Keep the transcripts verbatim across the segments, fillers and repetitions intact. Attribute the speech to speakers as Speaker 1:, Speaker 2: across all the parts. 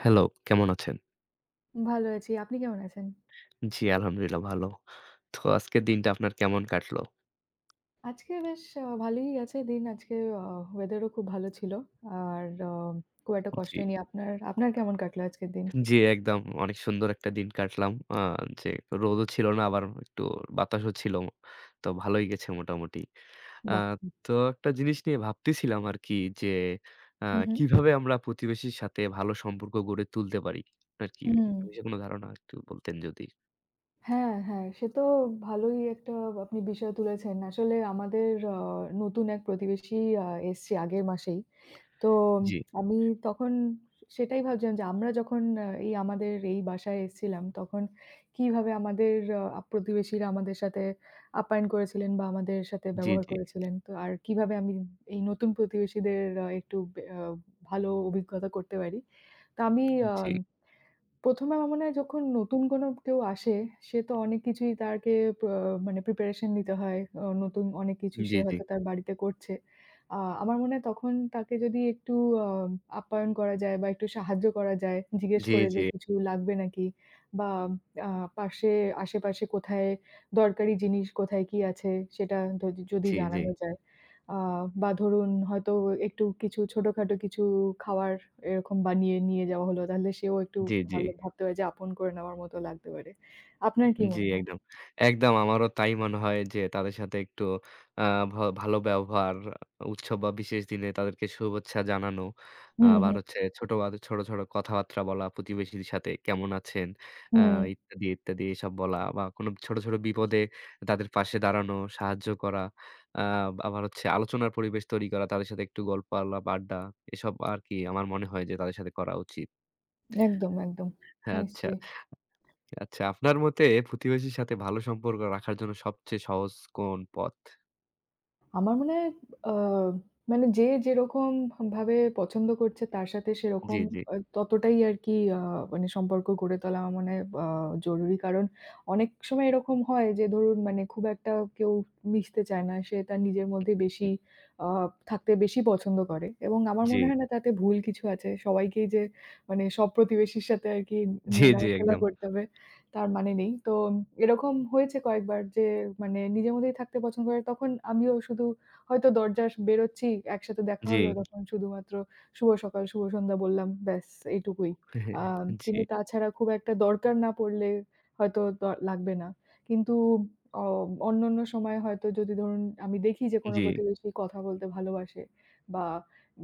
Speaker 1: Hello, কেমন আছেন?
Speaker 2: ভালো আছি। আপনি কেমন আছেন?
Speaker 1: জি, আলহামদুলিল্লাহ ভালো। তো আজকের দিনটা আপনার কেমন কাটলো?
Speaker 2: আজকে বেশ আ ভালোই গেছে দিন। আজকে আ ওয়েদার ও খুব ভালো ছিল। আর আ খুব একটা কষ্ট
Speaker 1: জি,
Speaker 2: হয়নি। আপনার আপনার কেমন কাটলো আজকের দিন?
Speaker 1: জি, একদম অনেক সুন্দর একটা দিন কাটলাম। আ যে রোদও ছিল না আবার একটু বাতাসও ছিল। তো ভালোই গেছে মোটামুটি। আ
Speaker 2: বাহ!
Speaker 1: তো একটা জিনিস নিয়ে ভাবতেছিলাম আরকি যে আ
Speaker 2: হু, হু।
Speaker 1: কিভাবে আমরা প্রতিবেশীর সাথে ভালো সম্পর্ক গড়ে তুলতে পারি? আপনার কি এ
Speaker 2: হুম।
Speaker 1: বিষয়ে কোনো ধারণা একটু বলতেন যদি?
Speaker 2: হ্যাঁ, হ্যাঁ। সে তো ভালোই একটা আপনি বিষয় তুলেছেন। আসলে আমাদের আ নতুন এক প্রতিবেশী আ এসছে আগের মাসেই। তো
Speaker 1: জি,
Speaker 2: আমি তখন সেটাই ভাবছিলাম যে আমরা যখন আ এই আমাদের এই বাসায় এসেছিলাম, তখন কিভাবে আমাদের আ প্রতিবেশীরা আমাদের সাথে আপ্যায়ন করেছিলেন বা আমাদের সাথে
Speaker 1: জি,
Speaker 2: ব্যবহার
Speaker 1: জি,
Speaker 2: করেছিলেন। তো আর কিভাবে আমি এই নতুন প্রতিবেশীদের আ একটু বে আ ভালো অভিজ্ঞতা করতে পারি। তো আমি
Speaker 1: জি,
Speaker 2: আ
Speaker 1: জি,
Speaker 2: প্রথম এ আমার মনে হয় যখন নতুন কোনো কেউ আসে, সে তো অনেক কিছুই তাকে প্র মানে প্রিপারেশন নিতে হয়। অ নতুন অনেক কিছু
Speaker 1: জি,
Speaker 2: সে
Speaker 1: জি,
Speaker 2: হয়তো তার বাড়িতে করছে। আ আমার মনে হয় তখন তাকে যদি একটু আ আপ্যায়ন করা যায় বা একটু সাহায্য করা যায়, জিজ্ঞেস করে যে
Speaker 1: জি,
Speaker 2: কিছু লাগবে নাকি? বা আ পাশে আশেপাশে কোথায় দরকারি জিনিস, কোথায় কি আছে? সেটা ধদি যদি
Speaker 1: জি,
Speaker 2: জানানো যায়। আ বা ধরুন হয়তো একটু কিছু ছোটখাটো কিছু খাওয়ার এরকম বানিয়ে নিয়ে যাওয়া হলো। তাহলে সেও একটু
Speaker 1: জি, জি।
Speaker 2: ভালো ভাবতে পারে যে আপন করে নেওয়ার মতো লাগতে পারে। আপনার কি
Speaker 1: জি,
Speaker 2: মনে হয়?
Speaker 1: একদম। একদম আমারও তাই মনে হয় যে তাদের সাথে একটু আ ভা ভালো ব্যবহার, উৎসব বা বিশেষ দিনে তাদেরকে শুভেচ্ছা জানানো।
Speaker 2: হুম,
Speaker 1: আবার
Speaker 2: হুম,
Speaker 1: হচ্ছে ছোট আ ছোট, ছোট কথাবার্তা বলা, প্রতিবেশীর সাথে কেমন আছেন? আ
Speaker 2: হুম।
Speaker 1: ইত্যাদি, ইত্যাদি এসব বলা বা কোনো ছোট, ছোট বিপদে তাদের পাশে দাঁড়ানো, সাহায্য করা। আ আবার হচ্ছে আলোচনার পরিবেশ তৈরি করা, তাদের সাথে একটু গল্প আলাপ, আড্ডা এসব আরকি আমার মনে হয় যে তাদের সাথে করা উচিত।
Speaker 2: একদম, একদম।
Speaker 1: হ্যাঁ, আচ্ছা।
Speaker 2: নিশ্চয়ই।
Speaker 1: আচ্ছা, আপনার মতে প্রতিবেশীর সাথে ভালো সম্পর্ক রাখার জন্য সবচেয়ে সহজ কোন পথ?
Speaker 2: আমার মনে হয় আ মানে যে যেরকম ভ ভাবে পছন্দ করছে তার সাথে
Speaker 1: জি,
Speaker 2: সেরকম
Speaker 1: জি,
Speaker 2: আ ততটাই আরকি আ মানে সম্পর্ক গড়ে তোলা আমার মনে হয় আ জরুরি। কারণ অনেক সময় এরকম হয় যে ধরুন মানে খুব একটা কেউ মিশতে চায় না। সে তার নিজের মধ্যে বেশি
Speaker 1: জি,
Speaker 2: আ থাকতে বেশি পছন্দ করে এবং আমার
Speaker 1: জি,
Speaker 2: মনে হয় না তাতে ভুল কিছু আছে। সবাইকেই যে মানে সব প্রতিবেশীর সাথে আরকি
Speaker 1: জি, জি,
Speaker 2: মেলামেশা
Speaker 1: একদম।
Speaker 2: করতে হবে তার মানে নেই। তো এরকম হয়েছে কয়েকবার যে মানে নিজের মধ্যেই থাকতে পছন্দ করে। তখন আমিও শুধু হয়তো দরজার বেরোচ্ছি, একসাথে দেখা
Speaker 1: জি,
Speaker 2: হলো হুম। তখন শুধুমাত্র শুভ সকাল, শুভ সন্ধ্যা বললাম ব্যাস এইটুকুই। আ হুম।
Speaker 1: জি,
Speaker 2: কিন্তু তাছাড়া খুব একটা দরকার না পড়লে হয়তো দ লাগবে না। কিন্তু অ অন্যান্য সময় হয়তো যদি ধরুন আমি দেখি যে কোনো
Speaker 1: জি,
Speaker 2: প্রতিবেশী কথা বলতে ভালোবাসে বা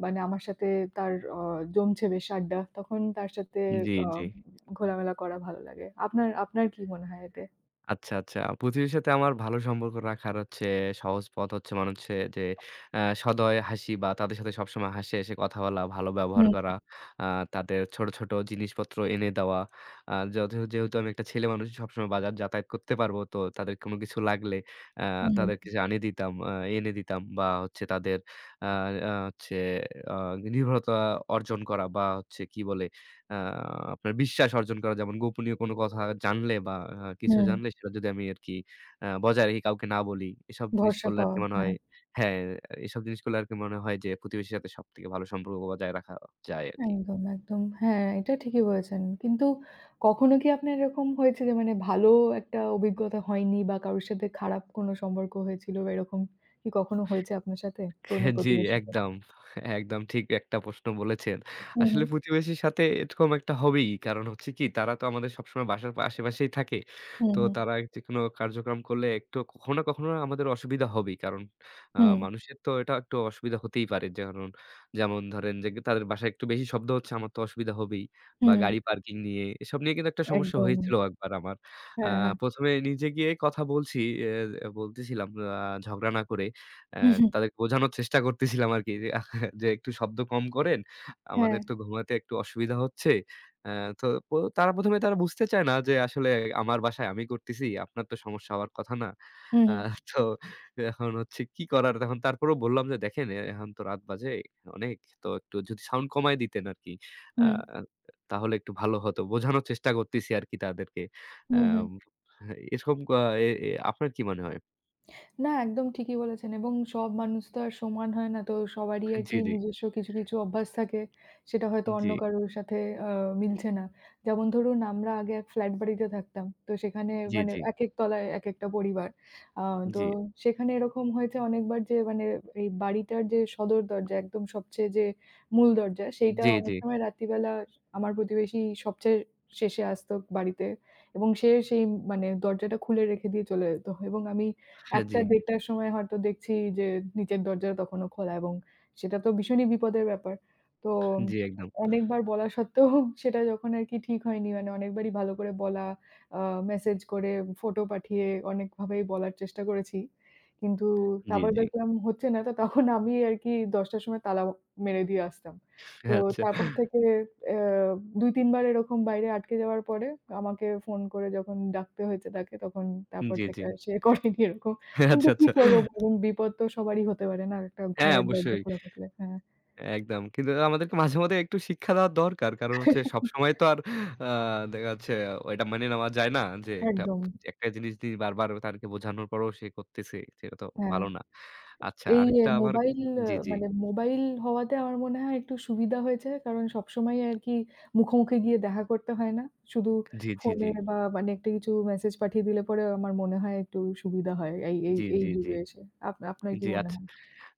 Speaker 2: মানে আমার সাথে তার অ জমছে বেশ আড্ডা। তখন তার সাথে
Speaker 1: জি,
Speaker 2: আ
Speaker 1: জি।
Speaker 2: ঘোলামেলা করা ভালো লাগে। আপনার আপনার কি মনে হয় এতে?
Speaker 1: আচ্ছা, আচ্ছা। পৃথিবীর সাথে আমার ভালো সম্পর্ক রাখার হচ্ছে সহজ পথ হচ্ছে মানে হচ্ছে যে আ সদয় হাসি বা তাদের সাথে সবসময় হাসি, হেসে কথা বলা, ভালো ব্যবহার
Speaker 2: হুম,
Speaker 1: করা, আ তাদের ছোট, ছোট জিনিসপত্র এনে দেওয়া। আ যথে যেহেতু আমি একটা ছেলে মানুষ সবসময় বাজার যাতায়াত করতে পারবো, তো তাদের কোনো কিছু লাগলে আ
Speaker 2: হুম,
Speaker 1: তাদেরকে যে আনিয়ে দিতাম, আ এনে দিতাম বা হচ্ছে তাদের আ আ হচ্ছে আ নির্ভরতা অর্জন করা বা হচ্ছে কি বলে আ আপনার বিশ্বাস অর্জন করা যেমন গোপনীয় কোনো কথা জানলে বা আ কিছু
Speaker 2: হুম।
Speaker 1: জানলে সেটা যদি আমি আরকি আ বজায় রেখে কাউকে না বলি, এসব জিনিস
Speaker 2: ভরসা
Speaker 1: করলে
Speaker 2: পাওয়া।
Speaker 1: আরকি মনে হয়
Speaker 2: হ্যাঁ,
Speaker 1: হ্যাঁ, এসব জিনিস করলে আরকি মনে হয় যে প্রতিবেশীর সাথে সবথেকে ভালো সম্পর্ক বজায় রাখা যায় আরকি।
Speaker 2: একদম, একদম। হ্যাঁ, এটা ঠিকই বলেছেন। কিন্তু কখনো কি আপনার এরকম হয়েছে যে মানে ভালো একটা অভিজ্ঞতা হয়নি বা কারোর সাথে খারাপ কোনো সম্পর্ক হয়েছিল বা এরকম কি কখনো হয়েছে আপনার সাথে? পুরনো
Speaker 1: জি,
Speaker 2: প্রতিবেশীর সাথে?
Speaker 1: একদম, একদম ঠিক একটা প্রশ্ন বলেছেন।
Speaker 2: হুম,
Speaker 1: আসলে
Speaker 2: হুম,
Speaker 1: প্রতিবেশীর সাথে এরকম একটা হবেই। কারণ হচ্ছে কি তারা তো আমাদের সবসময় বাসার পা আশেপাশেই থাকে।
Speaker 2: হুম,
Speaker 1: তো
Speaker 2: হুম,
Speaker 1: তারা যেকোনো কার্যক্রম করলে একটু কখনো না কখনো আমাদের অসুবিধা হবেই। কারণ আ
Speaker 2: হুম,
Speaker 1: মানুষের তো এটা একটু অসুবিধা হতেই পারে। যেমন যেমন ধরেন যে তাদের বাসায় একটু বেশি শব্দ হচ্ছে আমার তো অসুবিধা হবেই। বা
Speaker 2: হুম,
Speaker 1: গাড়ি পার্কিং নিয়ে এসব নিয়ে কিন্তু একটা সমস্যা
Speaker 2: একদম।
Speaker 1: হয়েছিল একবার আমার। আ
Speaker 2: হ্যাঁ, হ্যাঁ।
Speaker 1: ১ম এ নিজে গিয়ে কথা বলছি, এ বলতেছিলাম আ ঝগড়া না করে। অ্যা তাদেরকে বোঝানোর চেষ্টা করতেছিলাম আরকি যে, যে একটু শব্দ কম করেন।
Speaker 2: হ্যাঁ,
Speaker 1: আমাদের তো ঘুমাতে একটু অসুবিধা হচ্ছে। অ্যা তো প তারা প্রথম এ তারা বুঝতে চায় না যে আসলে আমার বাসায় আমি করতেছি। আপনার তো সমস্যা হওয়ার কথা না।
Speaker 2: হুম,
Speaker 1: আ
Speaker 2: হুম,
Speaker 1: তো এখন হচ্ছে কি করার? তখন তারপরেও বললাম যে, "দেখেন এ এখন তো রাত বাজে অনেক। তো একটু যদি সাউন্ড কমায় দিতেন আরকি। আ
Speaker 2: হুম,
Speaker 1: তাহলে একটু ভালো হতো।" বোঝানোর চেষ্টা করতেছি আরকি তাদেরকে।
Speaker 2: হুম, হুম।
Speaker 1: অ্যাম এরকম আ এ এ আপনার কি মনে হয়?
Speaker 2: না, একদম ঠিকই বলেছেন এবং সব মানুষ তো আর সমান হয় না। তো সবারই
Speaker 1: জি,
Speaker 2: আরকি
Speaker 1: জি,
Speaker 2: নিজস্ব কিছু, কিছু অভ্যাস থাকে। সেটা হয়তো
Speaker 1: জি,
Speaker 2: অন্য কারোর সাথে আ মিলছে না। যেমন ধরুন আমরা আগে এক ফ্ল্যাট বাড়িতে থাকতাম। তো সেখানে
Speaker 1: জি,
Speaker 2: মানে
Speaker 1: জি।
Speaker 2: একেক তলায় একেকটা পরিবার। আ তো
Speaker 1: জি,
Speaker 2: সেখানে এরকম হয়েছে অনেকবার যে মানে এই বাড়িটার যে সদর দরজা একদম সবচেয়ে যে মূল দরজা সেইটা
Speaker 1: জি, জি,
Speaker 2: অনেক সময় রাত্রিবেলা আমার প্রতিবেশী সবচেয়ে শেষে আসতো বাড়িতে এবং সে সেই মানে দরজাটা খুলে রেখে দিয়ে চলে যেত এবং আমি
Speaker 1: হ্যাঁ, জি,
Speaker 2: একটা-দেড়টার সময় হয়তো দেখছি যে নিচের দরজা তখনো খোলা এবং সেটা তো ভীষণই বিপদের ব্যাপার। তো
Speaker 1: জি, একদম।
Speaker 2: অনেকবার বলা সত্ত্বেও সেটা যখন আরকি ঠিক হয়নি মানে অনেকবারই ভালো করে বলা, আ মেসেজ করে, ফটো পাঠিয়ে অনেকভাবেই বলার চেষ্টা করেছি। কিন্তু
Speaker 1: জি,
Speaker 2: তারপর
Speaker 1: জি,
Speaker 2: দেখলাম হচ্ছে না তো তখন আমি আরকি দশটার সময় তালা মেরে দিয়ে আসতাম। তো
Speaker 1: আচ্ছা,
Speaker 2: তারপর থেকে অ্যা দুই-তিন বার এরকম বাইরে আটকে যাওয়ার পরে আমাকে ফোন করে যখন ডাকতে হয়েছে তাকে তখন তারপর
Speaker 1: জি,
Speaker 2: থেকে
Speaker 1: জি,
Speaker 2: আর সে করেনি এরকম। কিন্তু
Speaker 1: আচ্ছা,
Speaker 2: কি
Speaker 1: আচ্ছা।
Speaker 2: করব বলুন? বিপদ তো সবারই হতে পারে না একটা
Speaker 1: হ্যাঁ,
Speaker 2: ঘরের দরজা
Speaker 1: অবশ্যই,
Speaker 2: খোলা থাকলে। হ্যাঁ।
Speaker 1: একদম। কিন্তু আমাদেরকে মাঝে, মাঝে একটু শিক্ষা দেওয়া দরকার। কারণ হচ্ছে সবসময় তো আর আ দেখা যাচ্ছে এটা মেনে নেওয়া যায় না যে একটা
Speaker 2: একদম।
Speaker 1: একটা জিনিস দিয়ে বারবার তাদেরকে বোঝানোর পরেও সে করতেছে। সেটা তো
Speaker 2: হ্যাঁ।
Speaker 1: ভালো না। আচ্ছা
Speaker 2: এই
Speaker 1: আরেকটা আবার
Speaker 2: মোবাইল
Speaker 1: জি, জি,
Speaker 2: মানে মোবাইল হওয়াতে আমার মনে হয় একটু সুবিধা হয়েছে। কারণ সবসময় আরকি মুখোমুখি গিয়ে দেখা করতে হয় না। শুধু
Speaker 1: জি, জি, জি,
Speaker 2: ফোনে বা মানে একটা কিছু মেসেজ পাঠিয়ে দিলে পরে আমার মনে হয় একটু সুবিধা হয় এই এই
Speaker 1: জি,
Speaker 2: এই
Speaker 1: জি, জি।
Speaker 2: যুগে এসে। আপ আপনার কি
Speaker 1: জি,
Speaker 2: মনে
Speaker 1: আচ্ছা।
Speaker 2: হয়?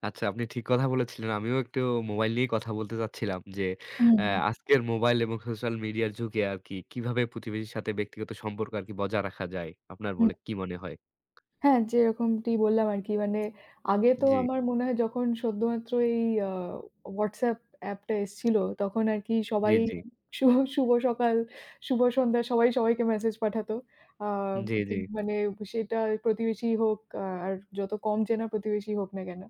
Speaker 1: আচ্ছা, আপনি ঠিক কথা বলেছিলেন। আমিও একটু মোবাইল নিয়েই কথা বলতে চাচ্ছিলাম যে,
Speaker 2: হুম,
Speaker 1: অ্যা
Speaker 2: হুম।
Speaker 1: আজকের মোবাইল এবং সোশ্যাল মিডিয়ার যুগে আরকি কিভাবে প্রতিবেশীর সাথে ব্যক্তিগত সম্পর্ক আরকি বজায় রাখা যায়? আপনার বলে
Speaker 2: হুম।
Speaker 1: কি মনে হয়?
Speaker 2: হ্যাঁ, যেরকমটি বললাম আরকি মানে আগে তো
Speaker 1: জি,
Speaker 2: আমার মনে হয় যখন সদ্যমাত্র এই আ WhatsApp অ্যাপটা এসছিল তখন আরকি
Speaker 1: জি,
Speaker 2: সবাই
Speaker 1: জি,
Speaker 2: শু শুভ সকাল, শুভ সন্ধ্যা সবাই সবাইকে মেসেজ পাঠাতো। আ
Speaker 1: জি,
Speaker 2: কি
Speaker 1: জি,
Speaker 2: মানে সেটা প্রতিবেশী হোক আ আর যত কম চেনা প্রতিবেশী হোক না কেন।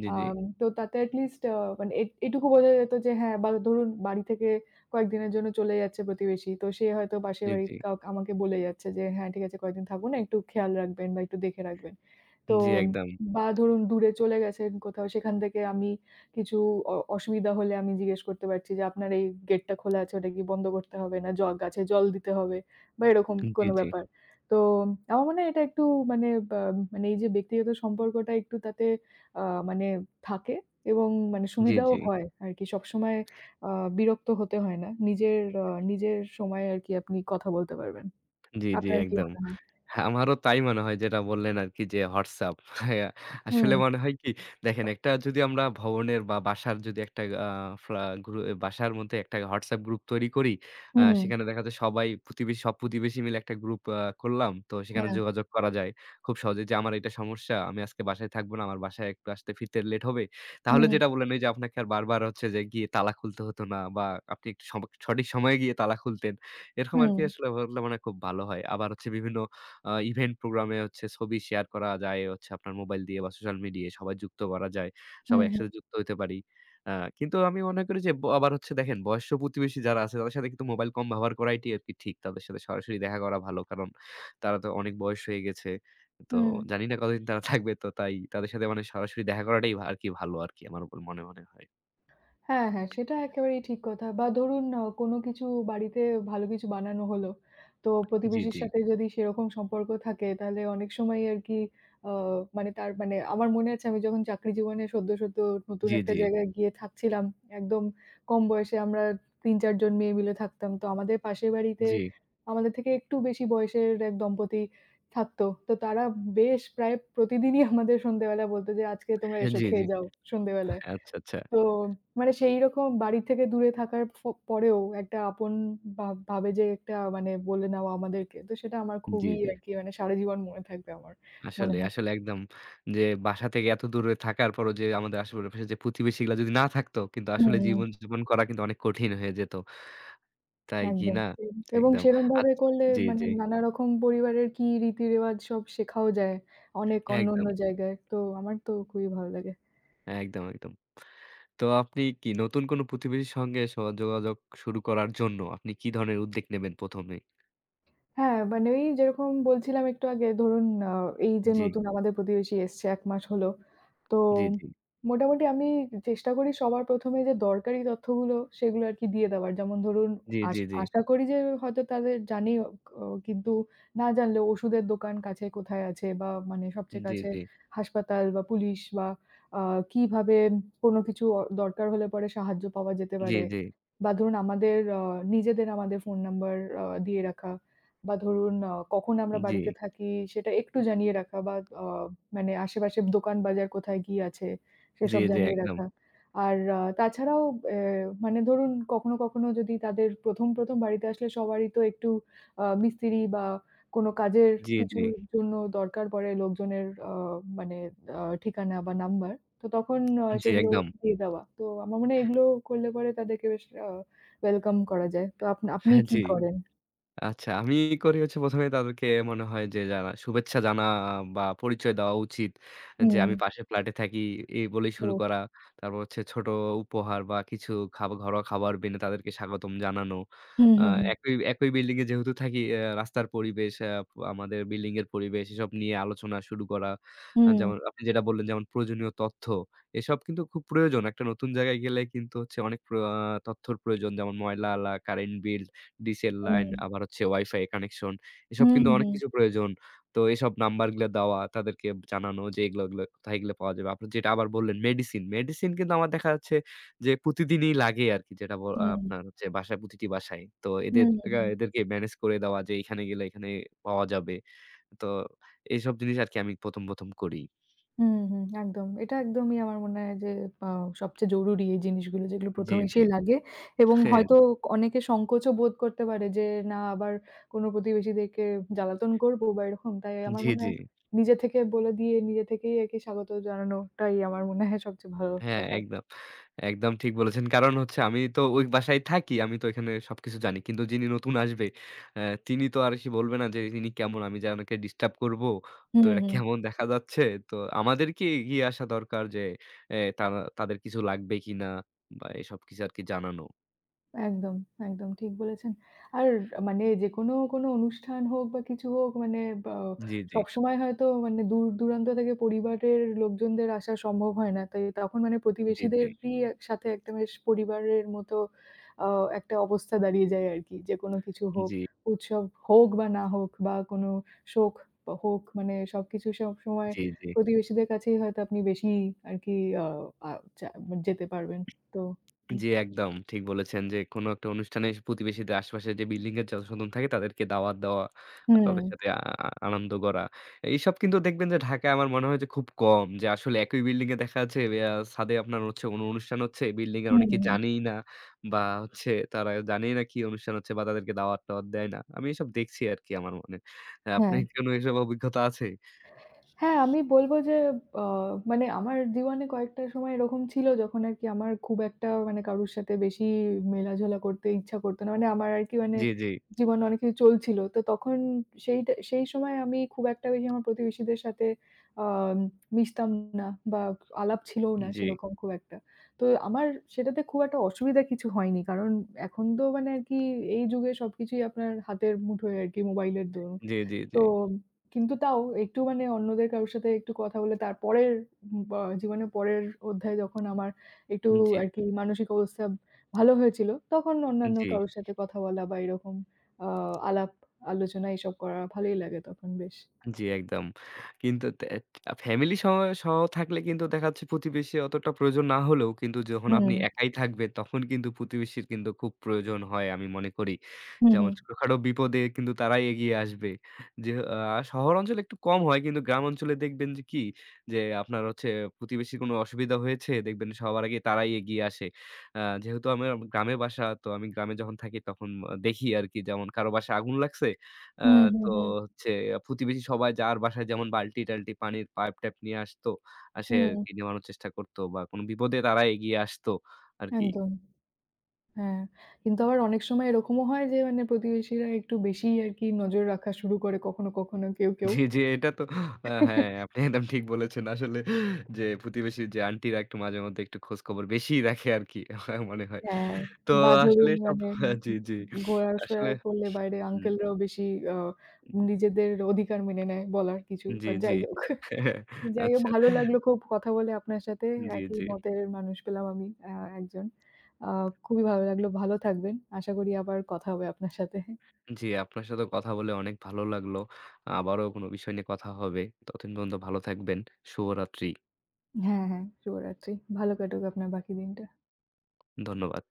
Speaker 1: জি, জি,
Speaker 2: আম তো তাতে এটলিস্ট আ মানে এ এটুকু বোঝা যেত যে হ্যাঁ, বা ধরুন বাড়ি থেকে কয়েকদিনের জন্য চলে যাচ্ছে প্রতিবেশী। তো সে হয়তো পাশের
Speaker 1: জি,
Speaker 2: বাড়ির
Speaker 1: জি,
Speaker 2: কাউকে আমাকে বলে যাচ্ছে যে, "হ্যাঁ, ঠিক আছে কয়েকদিন থাকবো না, একটু খেয়াল রাখবেন বা একটু দেখে রাখবেন।" তো
Speaker 1: জি, একদম।
Speaker 2: বা ধরুন দূরে চলে গেছেন কোথাও, সেখান থেকে আমি কিছু অ অসুবিধা হলে আমি জিজ্ঞেস করতে পারছি যে, "আপনার এই গেটটা খোলা আছে, ওটা কি বন্ধ করতে হবে? না জ গাছে জল দিতে হবে?" বা এরকম
Speaker 1: জি,
Speaker 2: কোনো
Speaker 1: জি,
Speaker 2: ব্যাপার। তো আমার মনে হয় এটা একটু মানে বা মানে এই যে ব্যক্তিগত সম্পর্কটা একটু তাতে আ মানে থাকে এবং মানে
Speaker 1: জি,
Speaker 2: সুবিধাও
Speaker 1: জি।
Speaker 2: হয় আরকি। সবসময় আ বিরক্ত হতে হয় না। নিজের আ নিজের সময়ে আরকি আপনি কথা বলতে পারবেন।
Speaker 1: জি, জি,
Speaker 2: আপনার কি
Speaker 1: একদম।
Speaker 2: মনে হয়?
Speaker 1: হ্যাঁ, আমারও তাই মনে হয় যেটা বললেন আরকি যে WhatsApp। হ্যাঁ, আসলে
Speaker 2: হুম,
Speaker 1: মনে হয় কি দেখেন একটা যদি আমরা ভবনের বা বাসার যদি একটা আ ফ্লা গ্রু বাসার মধ্যে একটা WhatsApp গ্রুপ তৈরি করি, আ
Speaker 2: হুম,
Speaker 1: সেখানে দেখা যায় সবাই প্রতিবেশী সব প্রতিবেশী মিলে একটা গ্রুপ আ করলাম। তো সেখানে
Speaker 2: হ্যাঁ,
Speaker 1: যোগাযোগ করা যায়। খুব সহজেই যে আমার এটা সমস্যা, আমি আজকে বাসায় থাকব না। আমার বাসায় একটু আসতে ফিরতে লেট হবে। তাহলে
Speaker 2: হুম,
Speaker 1: যেটা বললেন ওই যে আপনাকে আর বারবার হচ্ছে যে গিয়ে তালা খুলতে হতো না বা আপনি একটু সম সঠিক সময়ে গিয়ে তালা খুলতেন। এরকম
Speaker 2: হুম।
Speaker 1: আরকি আসলে হলে মনে হয় খুব ভালো হয়। আবার হচ্ছে বিভিন্ন আ ইভেন্ট প্রোগ্রামে হচ্ছে ছবি শেয়ার করা যায় হচ্ছে আপনার মোবাইল দিয়ে বা সোশ্যাল মিডিয়ায় সবাই যুক্ত করা যায়।
Speaker 2: হুম,
Speaker 1: সবাই
Speaker 2: হুম,
Speaker 1: একসাথে যুক্ত হইতে পারি। আ কিন্তু আমি মনে করি যে ব আবার হচ্ছে দেখেন বয়স্ক প্রতিবেশী যারা আছে তাদের সাথে কিন্তু মোবাইল কম ব্যবহার করাইটি আরকি ঠিক। তাদের সাথে সরাসরি দেখা করা ভালো। কারণ তারা তো অনেক বয়স হয়ে গেছে। তো
Speaker 2: হুম।
Speaker 1: জানি না কতদিন তারা থাকবে। তো তাই তাদের সাথে মানে সরাসরি দেখা করাটাই ভা আরকি ভালো আরকি আমার উপর মনে, মনে হয়।
Speaker 2: হ্যাঁ, হ্যাঁ, সেটা একেবারেই ঠিক কথা। বা ধরুন আ কোনো কিছু বাড়িতে ভালো কিছু বানানো হলো। তো
Speaker 1: জি,
Speaker 2: প্রতিবেশীর
Speaker 1: জি।
Speaker 2: সাথে যদি সেরকম সম্পর্ক থাকে তাহলে অনেক সময় আরকি আ মানে তার মানে আমার মনে আছে আমি যখন চাকরি জীবনে সদ্য, সদ্য নতুন
Speaker 1: জি,
Speaker 2: একটা
Speaker 1: জি।
Speaker 2: জায়গায় গিয়ে থাকছিলাম। একদম কম বয়সে আমরা তিন-চার জন মেয়ে মিলে থাকতাম। তো আমাদের পাশের বাড়িতে
Speaker 1: জি,
Speaker 2: আমাদের থেকে একটু বেশি বয়সের এক দম্পতি থাকতো। তো তারা বেশ প্রায় প্রতিদিনই আমাদের সন্ধ্যেবেলা বলত যে, "আজকে তোমরা এসো
Speaker 1: জি, জি।
Speaker 2: খেয়ে যাও সন্ধ্যেবেলায়।"
Speaker 1: আচ্ছা, আচ্ছা।
Speaker 2: তো মানে সেইরকম বাড়ি থেকে দূরে থাকার ফ পরেও একটা আপন ভাব ভাবে যে একটা মানে বলে নেওয়া আমাদেরকে। তো সেটা আমার
Speaker 1: জি,
Speaker 2: খুবই
Speaker 1: জি।
Speaker 2: আরকি মানে সারা জীবন মনে থাকবে আমার মনে
Speaker 1: আসলে,
Speaker 2: হয়।
Speaker 1: আসলে একদম যে বাসা থেকে এত দূরে থাকার পরও যে আমাদের আশেপাশে যে প্রতিবেশীগুলা যদি না থাকতো কিন্তু আসলে
Speaker 2: হুম,
Speaker 1: জীবনযাপন করা কিন্তু অনেক কঠিন হয়ে যেত। তাই কি
Speaker 2: একদম।
Speaker 1: না?
Speaker 2: এবং
Speaker 1: একদম। আচ
Speaker 2: সেরমভাবে করলে
Speaker 1: জি,
Speaker 2: মানে
Speaker 1: জি।
Speaker 2: নানারকম পরিবারের কি রীতি-রেওয়াজ সব শেখাও যায় অনেক অন্য, অন্য
Speaker 1: একদম,
Speaker 2: জায়গায়। তো আমার তো খুবই ভালো লাগে।
Speaker 1: একদম, একদম। তো আপনি কি নতুন কোনো প্রতিবেশীর সঙ্গে স যোগাযোগ শুরু করার জন্য আপনি কি ধরনের উদ্যোগ নেবেন প্রথম এ?
Speaker 2: হ্যাঁ, মানে ওই যেরকম বলছিলাম একটু আগে ধরুন আ এই যে
Speaker 1: জি,
Speaker 2: নতুন আমাদের প্রতিবেশী এসছে এক মাস হলো। তো
Speaker 1: জি, জি,
Speaker 2: মোটামুটি আমি চেষ্টা করি সবার প্রথম এ যে দরকারি তথ্যগুলো সেগুলো আরকি দিয়ে দেওয়ার। যেমন ধরুন
Speaker 1: জি, জি,
Speaker 2: আশ
Speaker 1: জি, জি,
Speaker 2: আশা করি যে হয়তো তাদের জানি অ কিন্তু না জানলেও ওষুধের দোকান কাছে কোথায় আছে বা মানে সবচেয়ে কাছে
Speaker 1: জি,
Speaker 2: হাসপাতাল বা পুলিশ বা আ কিভাবে কোনো কিছু অ দরকার হলে পরে সাহায্য পাওয়া যেতে
Speaker 1: জি,
Speaker 2: পারে।
Speaker 1: জি,
Speaker 2: বা ধরুন আমাদের আ নিজেদের আমাদের ফোন নাম্বার আ দিয়ে রাখা। বা ধরুন আ কখন আমরা
Speaker 1: জি,
Speaker 2: বাড়িতে থাকি সেটা একটু জানিয়ে রাখা বা আ মানে আশেপাশের দোকান বাজার কোথায় কি আছে
Speaker 1: জি,
Speaker 2: সেসব
Speaker 1: জি,
Speaker 2: জানিয়ে
Speaker 1: একদম।
Speaker 2: রাখা। আর আ তাছাড়াও এ মানে ধরুন কখনো, কখনো যদি তাদের ১ম, ১ম বাড়িতে আসলে সবারই তো একটু আ মিস্ত্রি বা কোনো কাজের
Speaker 1: জি, জি,
Speaker 2: কিছুর জন্য দরকার পড়ে লোকজনের আ মানে আ ঠিকানা বা নাম্বার। তো তখন আ
Speaker 1: জি,
Speaker 2: সেগুলো
Speaker 1: একদম।
Speaker 2: দিয়ে দেওয়া। তো আমার মনে হয় এগুলো করলে পরে তাদেরকে বেশ আ ওয়েলকাম করা যায়। তো আপ আপনি
Speaker 1: হ্যাঁ,
Speaker 2: কি
Speaker 1: জি।
Speaker 2: করেন?
Speaker 1: আচ্ছা, আমি করি হচ্ছে প্রথম এ তাদেরকে মনে হয় যে জানা শুভেচ্ছা জানা বা পরিচয় দেওয়া উচিত। যে
Speaker 2: হুম,
Speaker 1: আমি পাশের ফ্ল্যাটে থাকি এই বলেই শুরু করা।
Speaker 2: অবশ্যই।
Speaker 1: তারপর হচ্ছে ছোট উপহার বা কিছু খাবা ঘরোয়া খাবার বেনে তাদেরকে স্বাগতম জানানো।
Speaker 2: হুম,
Speaker 1: আ
Speaker 2: হুম, হুম।
Speaker 1: একই একই বিল্ডিং এ যেহেতু থাকি অ্যা রাস্তার পরিবেশ, অ্যা আমাদের বিল্ডিং এর পরিবেশ এসব নিয়ে আলোচনা শুরু করা। আ
Speaker 2: হুম,
Speaker 1: যেমন আপনি যেটা বললেন যেমন প্রয়োজনীয় তথ্য। এসব কিন্তু খুব প্রয়োজন। একটা নতুন জায়গায় গেলে কিন্তু হচ্ছে অনেক প্র আ তথ্যর প্রয়োজন যেমন ময়লা আলা, কারেন্ট বিল। ডিসেল
Speaker 2: হুম,
Speaker 1: লাইন আবার হচ্ছে ওয়াইফাই কানেকশন এসব
Speaker 2: হুম,
Speaker 1: কিন্তু অনেক
Speaker 2: হুম,
Speaker 1: কিছু প্রয়োজন। তো এসব নাম্বারগুলা দেওয়া, তাদেরকে জানানো যে এগুলো, এগুলো কোথায় এগুলো পাওয়া যাবে। আপনি যেটা আবার বললেন মেডিসিন, মেডিসিন কিন্তু আমার দেখা যাচ্ছে যে প্রতিদিনই লাগে আরকি যেটা ব
Speaker 2: হুম, হুম,
Speaker 1: আপনার হচ্ছে বাসায় প্রতিটি বাসায়। তো এদের
Speaker 2: হুম,
Speaker 1: আ
Speaker 2: হুম,
Speaker 1: এদেরকে ম্যানেজ করে দেওয়া যে এখানে গেলে এখানে পাওয়া যাবে। তো এইসব জিনিস আরকি আমি ১ম, প্রথম করি।
Speaker 2: হুম, হুম। একদম। এটা একদমই আমার মনে হয় যে আ সবচেয়ে জরুরি এই জিনিসগুলো যেগুলো
Speaker 1: জি,
Speaker 2: প্রথম
Speaker 1: জি।
Speaker 2: এসেই লাগে এবং
Speaker 1: হ্যাঁ,
Speaker 2: হয়তো অনেকে সংকোচও বোধ করতে পারে যে না আবার কোনো প্রতিবেশীদেরকে জ্বালাতন করব বা এরকম। তাই আমার
Speaker 1: জি,
Speaker 2: মনে
Speaker 1: জি।
Speaker 2: হয় নিজে থেকে বলে দিয়ে নিজে থেকেই আরকি স্বাগত জানানোটাই আমার মনে হয় সবচেয়ে ভালো
Speaker 1: হ্যাঁ,
Speaker 2: ব্যাপার।
Speaker 1: একদম। একদম ঠিক বলেছেন। কারণ হচ্ছে আমি তো ওই বাসায় থাকি। আমি তো এখানে সবকিছু জানি। কিন্তু যিনি নতুন আসবে, অ্যা তিনি তো আর এসে বলবে না যে তিনি কেমন? আমি যে ওনাকে ডিস্টার্ব করব। তো
Speaker 2: হুম,
Speaker 1: এটা
Speaker 2: হুম।
Speaker 1: কেমন দেখা যাচ্ছে? তো আমাদেরকে এগিয়ে আসা দরকার যে অ্যা তারা তাদের কিছু লাগবে কিনা বা এসব কিছু আরকি জানানো।
Speaker 2: একদম, একদম ঠিক বলেছেন। আর মানে যেকোনো কোনো কোনো অনুষ্ঠান হোক বা কিছু হোক মানে বা
Speaker 1: জি, জি।
Speaker 2: সবসময় হয়তো মানে দূর দূরান্ত থেকে পরিবারের লোকজনদের আসা সম্ভব হয় না। তাই তখন মানে
Speaker 1: জি, জি।
Speaker 2: প্রতিবেশীদেরই এক সাথে একটা বেশ পরিবারের মতো আ একটা অবস্থা দাঁড়িয়ে যায় আরকি। যেকোনো কিছু হোক,
Speaker 1: জি,
Speaker 2: উৎসব হোক বা না হোক বা কোনো শোক বা হোক মানে সবকিছু সবসময়
Speaker 1: জি, জি।
Speaker 2: প্রতিবেশীদের কাছেই হয়তো আপনি বেশি আরকি আ আ চা যেতে পারবেন। তো
Speaker 1: জি, একদম ঠিক বলেছেন যে কোনো একটা অনুষ্ঠানে প্রতিবেশীদের আশেপাশে যে বিল্ডিং এর জনসাধারণ থাকে তাদেরকে দাওয়াত দেওয়া,
Speaker 2: হুম,
Speaker 1: তাদের সাথে আ আ- আনন্দ করা। এইসব কিন্তু দেখবেন যে ঢাকায় আমার মনে হয় যে খুব কম। যে আসলে একই বিল্ডিং এ দেখা যাচ্ছে আ ছাদে আপনার হচ্ছে কোনো অনুষ্ঠান হচ্ছে বিল্ডিং এর
Speaker 2: হুম,
Speaker 1: অনেকে
Speaker 2: হুম।
Speaker 1: জানেই না বা হচ্ছে তারা জানেই না কি অনুষ্ঠান হচ্ছে বা তাদেরকে দাওয়াত-টাওয়াত দেয় না। আমি এসব দেখছি আরকি আমার মনে। আহ,
Speaker 2: হ্যাঁ।
Speaker 1: আপনার কি কোনো এসব অভিজ্ঞতা আছে?
Speaker 2: হ্যাঁ, আমি বলব যে আ মানে আমার জীবনে কয়েকটা সময় এরকম ছিল যখন আরকি আমার খুব একটা মানে কারোর সাথে বেশি মেলাঝোলা করতে ইচ্ছা করত না। মানে আমার আরকি মানে
Speaker 1: জি, জি,
Speaker 2: জীবনে অনেক কিছু চলছিল। তো তখন সেইটা সেই সময় আমি খুব একটা বেশি আমার প্রতিবেশীদের সাথে আম মিশতাম না বা আলাপ ছিলও না
Speaker 1: জি,
Speaker 2: সেরকম খুব একটা। তো আমার সেটাতে খুব একটা অসুবিধা কিছু হয়নি। কারণ এখন তো মানে আরকি এই যুগে সবকিছুই আপনার হাতের মুঠোয় আরকি মোবাইলের দরুন।
Speaker 1: জি, জি, জি,
Speaker 2: তো কিন্তু তাও একটু মানে অন্যদের কারো সাথে একটু কথা বলে তারপরের ব জীবনের পরের অধ্যায়ে যখন আমার একটু
Speaker 1: জি,
Speaker 2: আরকি মানসিক অবস্থা ভালো হয়েছিল, তখন অন্যান্য
Speaker 1: জি।
Speaker 2: কারো সাথে কথা বলা বা এরকম আ আলাপ আলোচনা এসব করা ভালোই লাগে তখন বেশ।
Speaker 1: জি, একদম। কিন্তু তে আ ফ্যামিলি সহ সহ থাকলে কিন্তু দেখা যাচ্ছে প্রতিবেশী অতটা প্রয়োজন না হলেও কিন্তু যখন আপনি
Speaker 2: হুম,
Speaker 1: একাই থাকবেন তখন কিন্তু প্রতিবেশীর কিন্তু খুব প্রয়োজন হয় আমি মনে করি।
Speaker 2: হুম,
Speaker 1: যেমন
Speaker 2: হুম।
Speaker 1: ছোটখাটো বিপদে কিন্তু তারাই এগিয়ে আসবে। যে আ শহর অঞ্চলে একটু কম হয় কিন্তু গ্রাম অঞ্চলে দেখবেন যে কি যে আপনার হচ্ছে প্রতিবেশীর কোনো অসুবিধা হয়েছে দেখবেন সবার আগে তারাই এগিয়ে আসে। আ যেহেতু আমার গ্রামে বাসা তো আমি গ্রামে যখন থাকি তখন আ দেখি আরকি যেমন কারো বাসায় আগুন লাগছে আ
Speaker 2: হুম, হুম,
Speaker 1: তো
Speaker 2: হুম,
Speaker 1: হচ্ছে প্রতিবেশী সবাই যার বাসায় যেমন বাল্টি-টাল্টি পানির পাইপ-টাইপ নিয়ে আসতো। আ সে
Speaker 2: হুম,
Speaker 1: আরকি নেভানোর চেষ্টা করতো বা কোন বিপদে তারা এগিয়ে আসতো আরকি।
Speaker 2: একদম। হ্যাঁ, কিন্তু আবার অনেক সময় এরকমও হয় যে মানে প্রতিবেশীরা একটু বেশিই আরকি নজর রাখা শুরু করে কখনো, কখনো কেউ, কেউ।
Speaker 1: জি, জি, এটা তো আ হ্যাঁ, আপনি একদম ঠিক বলেছেন। আসলে যে প্রতিবেশী যে আন্টিরা একটু মাঝে মধ্যে একটু খোঁজখবর বেশিই রাখে আরকি আমার মনে হয়।
Speaker 2: হ্যাঁ,
Speaker 1: তো
Speaker 2: বা
Speaker 1: আসলে
Speaker 2: ধরুন
Speaker 1: সব
Speaker 2: মানে
Speaker 1: হ্যাঁ, জি, জি। আসলে
Speaker 2: ঘোরা-ফেরা করলে বাইরে
Speaker 1: হুম,
Speaker 2: আঙ্কেলরাও বেশি আ নিজেদের অধিকার মেনে নেয় বলার কিছু।
Speaker 1: জি,
Speaker 2: বাট
Speaker 1: জি।
Speaker 2: যাই হোক। যাই হোক
Speaker 1: আচ্ছা।
Speaker 2: ভালো লাগলো খুব কথা বলে আপনার সাথে।
Speaker 1: জি,
Speaker 2: একই
Speaker 1: জি।
Speaker 2: মতের মানুষ পেলাম আমি আ একজন। আ খুবই ভালো লাগলো। ভালো থাকবেন। আশা করি আবার কথা হবে আপনার সাথে।
Speaker 1: জি, আপনার সাথে কথা বলে অনেক ভালো লাগলো। আবারও কোনো বিষয় নিয়ে কথা হবে। ততদিন পর্যন্ত ভালো থাকবেন। শুভরাত্রি।
Speaker 2: হ্যাঁ, হ্যাঁ, শুভরাত্রি। ভালো কাটুক আপনার বাকি দিনটা।
Speaker 1: ধন্যবাদ।